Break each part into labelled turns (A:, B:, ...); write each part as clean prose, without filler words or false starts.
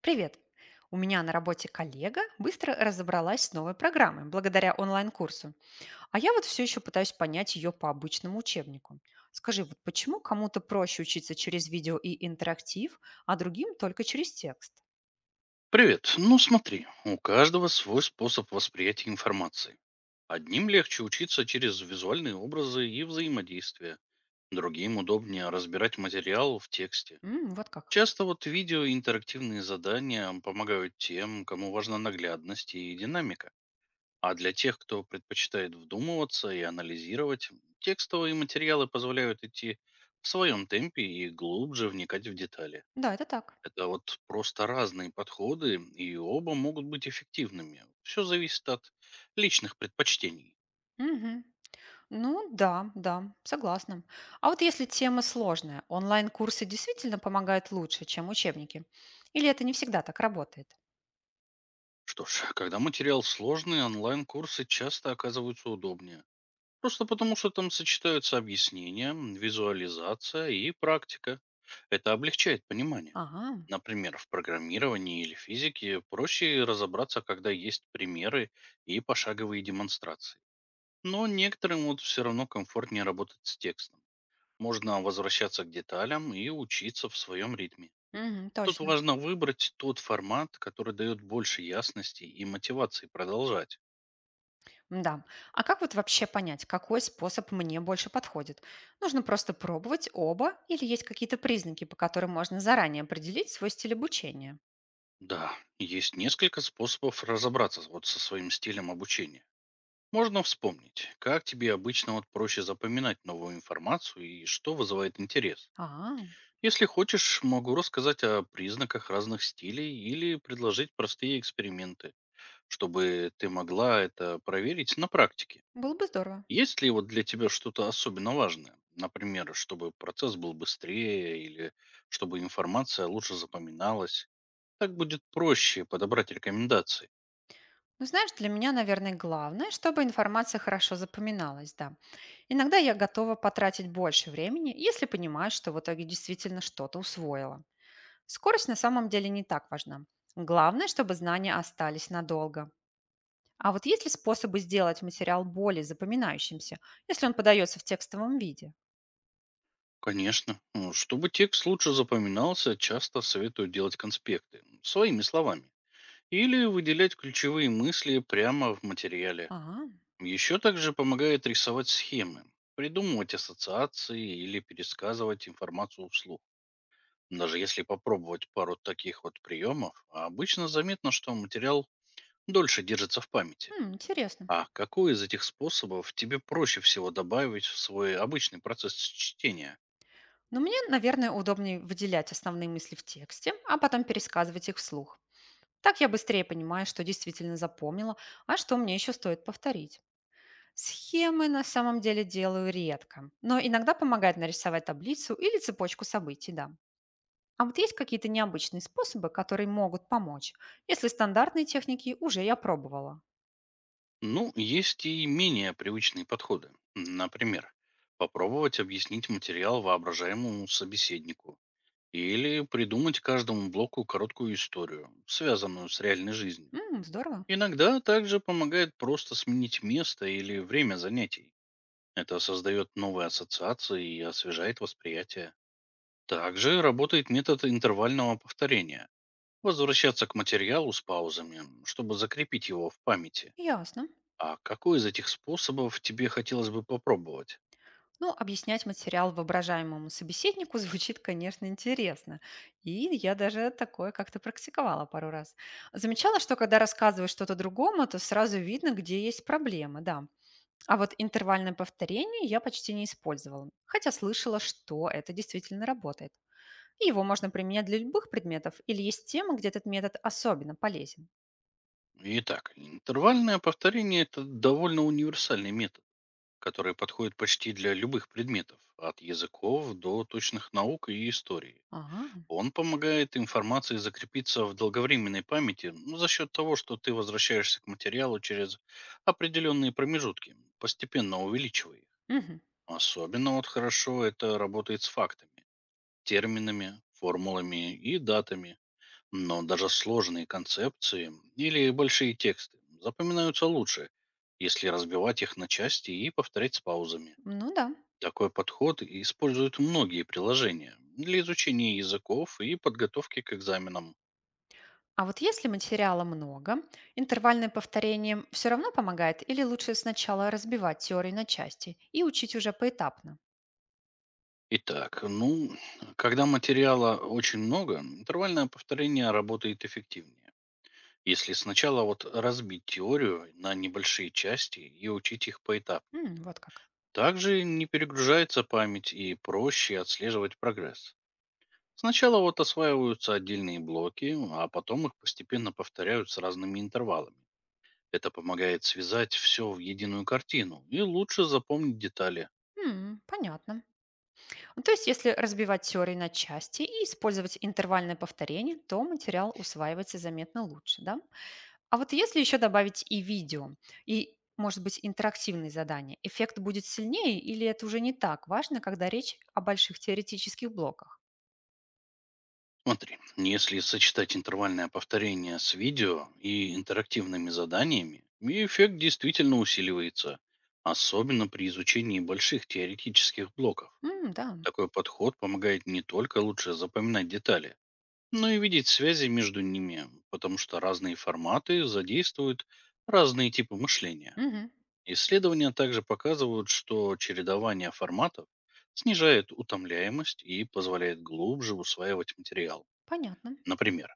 A: Привет! У меня на работе коллега быстро разобралась с новой программой благодаря онлайн-курсу. А я вот все еще пытаюсь понять ее по обычному учебнику. Скажи, вот почему кому-то проще учиться через видео и интерактив, а другим только через текст?
B: Привет. Ну смотри, у каждого свой способ восприятия информации. Одним легче учиться через визуальные образы и взаимодействия. Другим удобнее разбирать материал в тексте.
A: М, вот как.
B: Часто вот видео и интерактивные задания помогают тем, кому важна наглядность и динамика. А для тех, кто предпочитает вдумываться и анализировать, текстовые материалы позволяют идти в своем темпе и глубже вникать в детали.
A: Да, это так.
B: Это вот просто разные подходы, и оба могут быть эффективными. Все зависит от личных предпочтений.
A: Мгм. Ну да, да, согласна. А вот если тема сложная, онлайн-курсы действительно помогают лучше, чем учебники? Или это не всегда так работает?
B: Что ж, когда материал сложный, онлайн-курсы часто оказываются удобнее. Просто потому, что там сочетаются объяснения, визуализация и практика. Это облегчает понимание.
A: Ага,
B: Например, в программировании или физике проще разобраться, когда есть примеры и пошаговые демонстрации. Но некоторым вот все равно комфортнее работать с текстом. Можно возвращаться к деталям и учиться в своем ритме.
A: мгм,
B: Тут
A: точно.
B: важно выбрать тот формат, который дает больше ясности и мотивации продолжать.
A: Да. А как вот вообще понять, какой способ мне больше подходит? Нужно просто пробовать оба или есть какие-то признаки, по которым можно заранее определить свой стиль обучения?
B: Да, есть несколько способов разобраться вот со своим стилем обучения. Можно вспомнить, как тебе обычно вот проще запоминать новую информацию и что вызывает интерес.
A: А,
B: Если хочешь, могу рассказать о признаках разных стилей или предложить простые эксперименты, чтобы ты могла это проверить на практике.
A: было бы здорово.
B: Есть ли вот для тебя что-то особенно важное? Например, чтобы процесс был быстрее или чтобы информация лучше запоминалась? Так будет проще подобрать рекомендации.
A: Ну, знаешь, для меня, наверное, главное, чтобы информация хорошо запоминалась, да. Иногда я готова потратить больше времени, если понимаю, что в итоге действительно что-то усвоила. Скорость на самом деле не так важна. Главное, чтобы знания остались надолго. А вот есть ли способы сделать материал более запоминающимся, если он подается в текстовом виде?
B: Конечно. Ну, чтобы текст лучше запоминался, часто советую делать конспекты своими словами. Или выделять ключевые мысли прямо в материале.
A: А,
B: Еще также помогает рисовать схемы, придумывать ассоциации или пересказывать информацию вслух. Даже если попробовать пару таких вот приемов, обычно заметно, что материал дольше держится в памяти.
A: м, интересно.
B: А какой из этих способов тебе проще всего добавить в свой обычный процесс чтения?
A: Но мне, наверное, удобнее выделять основные мысли в тексте, а потом пересказывать их вслух. Так я быстрее понимаю, что действительно запомнила, а что мне еще стоит повторить. Схемы на самом деле делаю редко, но иногда помогает нарисовать таблицу или цепочку событий, да. А вот есть какие-то необычные способы, которые могут помочь, если стандартные техники уже я пробовала.
B: Ну, есть и менее привычные подходы. Например, попробовать объяснить материал воображаемому собеседнику или придумать каждому блоку короткую историю, связанную с реальной жизнью.
A: М, здорово.
B: Иногда также помогает просто сменить место или время занятий. Это создает новые ассоциации и освежает восприятие. Также работает метод интервального повторения. Возвращаться к материалу с паузами, чтобы закрепить его в памяти.
A: Ясно.
B: А какой из этих способов тебе хотелось бы попробовать?
A: Ну, объяснять материал воображаемому собеседнику звучит, конечно, интересно. И я даже такое как-то практиковала пару раз. Замечала, что когда рассказываешь что-то другому, то сразу видно, где есть проблемы, да. А вот интервальное повторение я почти не использовала, хотя слышала, что это действительно работает. И его можно применять для любых предметов, или есть темы, где этот метод особенно полезен.
B: Итак, интервальное повторение– это довольно универсальный метод, который подходит почти для любых предметов, от языков до точных наук и истории.
A: Ага,
B: Он помогает информации закрепиться в долговременной памяти, ну, за счет того, что ты возвращаешься к материалу через определенные промежутки, постепенно увеличивая их.
A: мгм.
B: Особенно вот хорошо это работает с фактами, терминами, формулами и датами. Но даже сложные концепции или большие тексты запоминаются лучше, если разбивать их на части и повторять с паузами.
A: Ну да.
B: Такой подход используют многие приложения для изучения языков и подготовки к экзаменам.
A: А вот если материала много, интервальное повторение все равно помогает или лучше сначала разбивать теорию на части и учить уже поэтапно?
B: Итак, ну, когда материала очень много, интервальное повторение работает эффективнее. Если сначала вот разбить теорию на небольшие части и учить их поэтапно.
A: М, вот как.
B: Также не перегружается память и проще отслеживать прогресс. Сначала вот осваиваются отдельные блоки, а потом их постепенно повторяют с разными интервалами. Это помогает связать все в единую картину и лучше запомнить детали.
A: М, понятно. Ну, то есть если разбивать теорию на части и использовать интервальное повторение, то материал усваивается заметно лучше, да? А вот если еще добавить и видео, и, может быть, интерактивные задания, эффект будет сильнее или это уже не так важно, когда речь о больших теоретических блоках?
B: Смотри, если сочетать интервальное повторение с видео и интерактивными заданиями, и эффект действительно усиливается, особенно при изучении больших теоретических блоков.
A: М, да.
B: Такой подход помогает не только лучше запоминать детали, но и видеть связи между ними, потому что разные форматы задействуют разные типы мышления.
A: Мгм.
B: Исследования также показывают, что чередование форматов снижает утомляемость и позволяет глубже усваивать материал.
A: Понятно.
B: Например,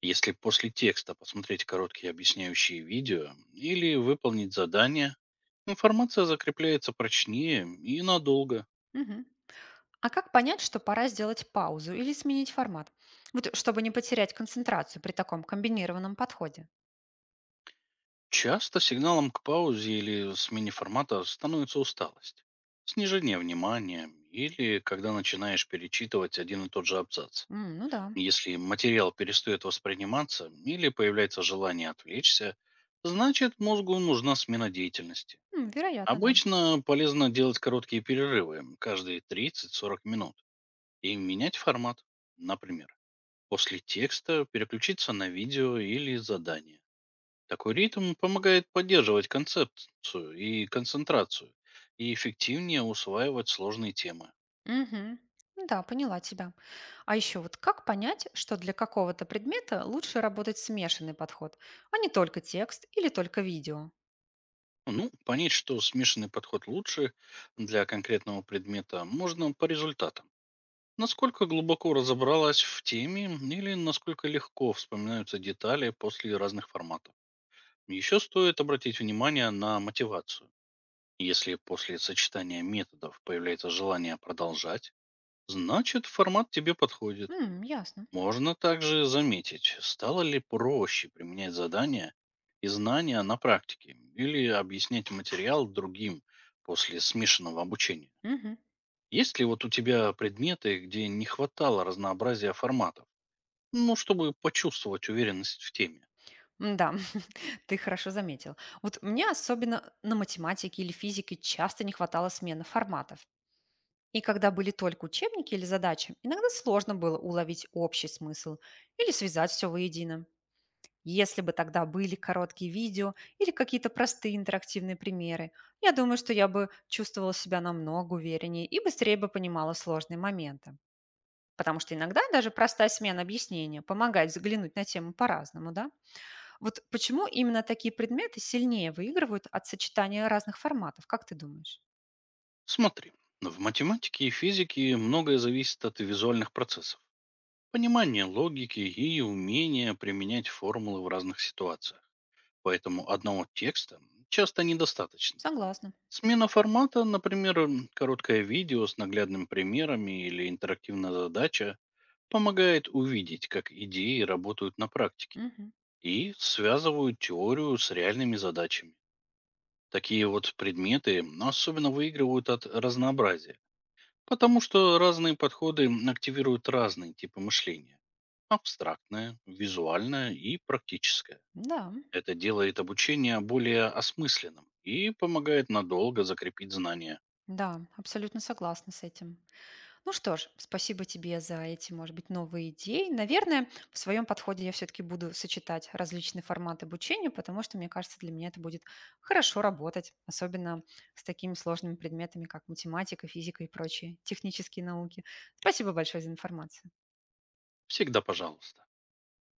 B: если после текста посмотреть короткие объясняющие видео или выполнить задание, информация закрепляется прочнее и надолго.
A: Мгм. А как понять, что пора сделать паузу или сменить формат? Вот чтобы не потерять концентрацию при таком комбинированном подходе.
B: Часто сигналом к паузе или смене формата становится усталость, снижение внимания или когда начинаешь перечитывать один и тот же абзац.
A: М, ну да.
B: Если материал перестает восприниматься или появляется желание отвлечься, значит мозгу нужна смена деятельности.
A: М, вероятно, да.
B: Обычно полезно делать короткие перерывы каждые 30–40 минут, и менять формат. Например, после текста переключиться на видео или задание. Такой ритм помогает поддерживать концепцию и концентрацию, и эффективнее усваивать сложные темы.
A: Мгм. Ну да, поняла тебя. А еще вот как понять, что для какого-то предмета лучше работать смешанный подход, а не только текст или только видео?
B: Ну, понять, что смешанный подход лучше для конкретного предмета, можно по результатам. Насколько глубоко разобралась в теме или насколько легко вспоминаются детали после разных форматов. Еще стоит обратить внимание на мотивацию. Если после сочетания методов появляется желание продолжать, значит формат тебе подходит.
A: М, ясно.
B: Можно также заметить, стало ли проще применять задания и знания на практике или объяснять материал другим после смешанного обучения.
A: Мгм.
B: Есть ли вот у тебя предметы, где не хватало разнообразия форматов? Ну, чтобы почувствовать уверенность в теме.
A: Да, ты хорошо заметил. Вот мне особенно на математике или физике часто не хватало смены форматов. И когда были только учебники или задачи, иногда сложно было уловить общий смысл или связать все воедино. Если бы тогда были короткие видео или какие-то простые интерактивные примеры, я думаю, что я бы чувствовала себя намного увереннее и быстрее бы понимала сложные моменты. Потому что иногда даже простая смена объяснения помогает взглянуть на тему по-разному, да? Вот почему именно такие предметы сильнее выигрывают от сочетания разных форматов, как ты думаешь?
B: Смотри, в математике и физике многое зависит от визуальных процессов, понимания логики и умения применять формулы в разных ситуациях. Поэтому одного текста часто недостаточно.
A: Согласна.
B: Смена формата, например, короткое видео с наглядными примерами или интерактивная задача, помогает увидеть, как идеи работают на практике
A: Мгм.
B: и связывают теорию с реальными задачами. Такие вот предметы, особенно выигрывают от разнообразия. Потому что разные подходы активируют разные типы мышления. Абстрактное, визуальное и практическое.
A: Да.
B: Это делает обучение более осмысленным и помогает надолго закрепить знания.
A: Да, абсолютно согласна с этим. Ну что ж, спасибо тебе за эти, может быть, новые идеи. Наверное, в своем подходе я все-таки буду сочетать различные форматы обучения, потому что, мне кажется, для меня это будет хорошо работать, особенно с такими сложными предметами, как математика, физика и прочие технические науки. Спасибо большое за информацию.
B: Всегда пожалуйста.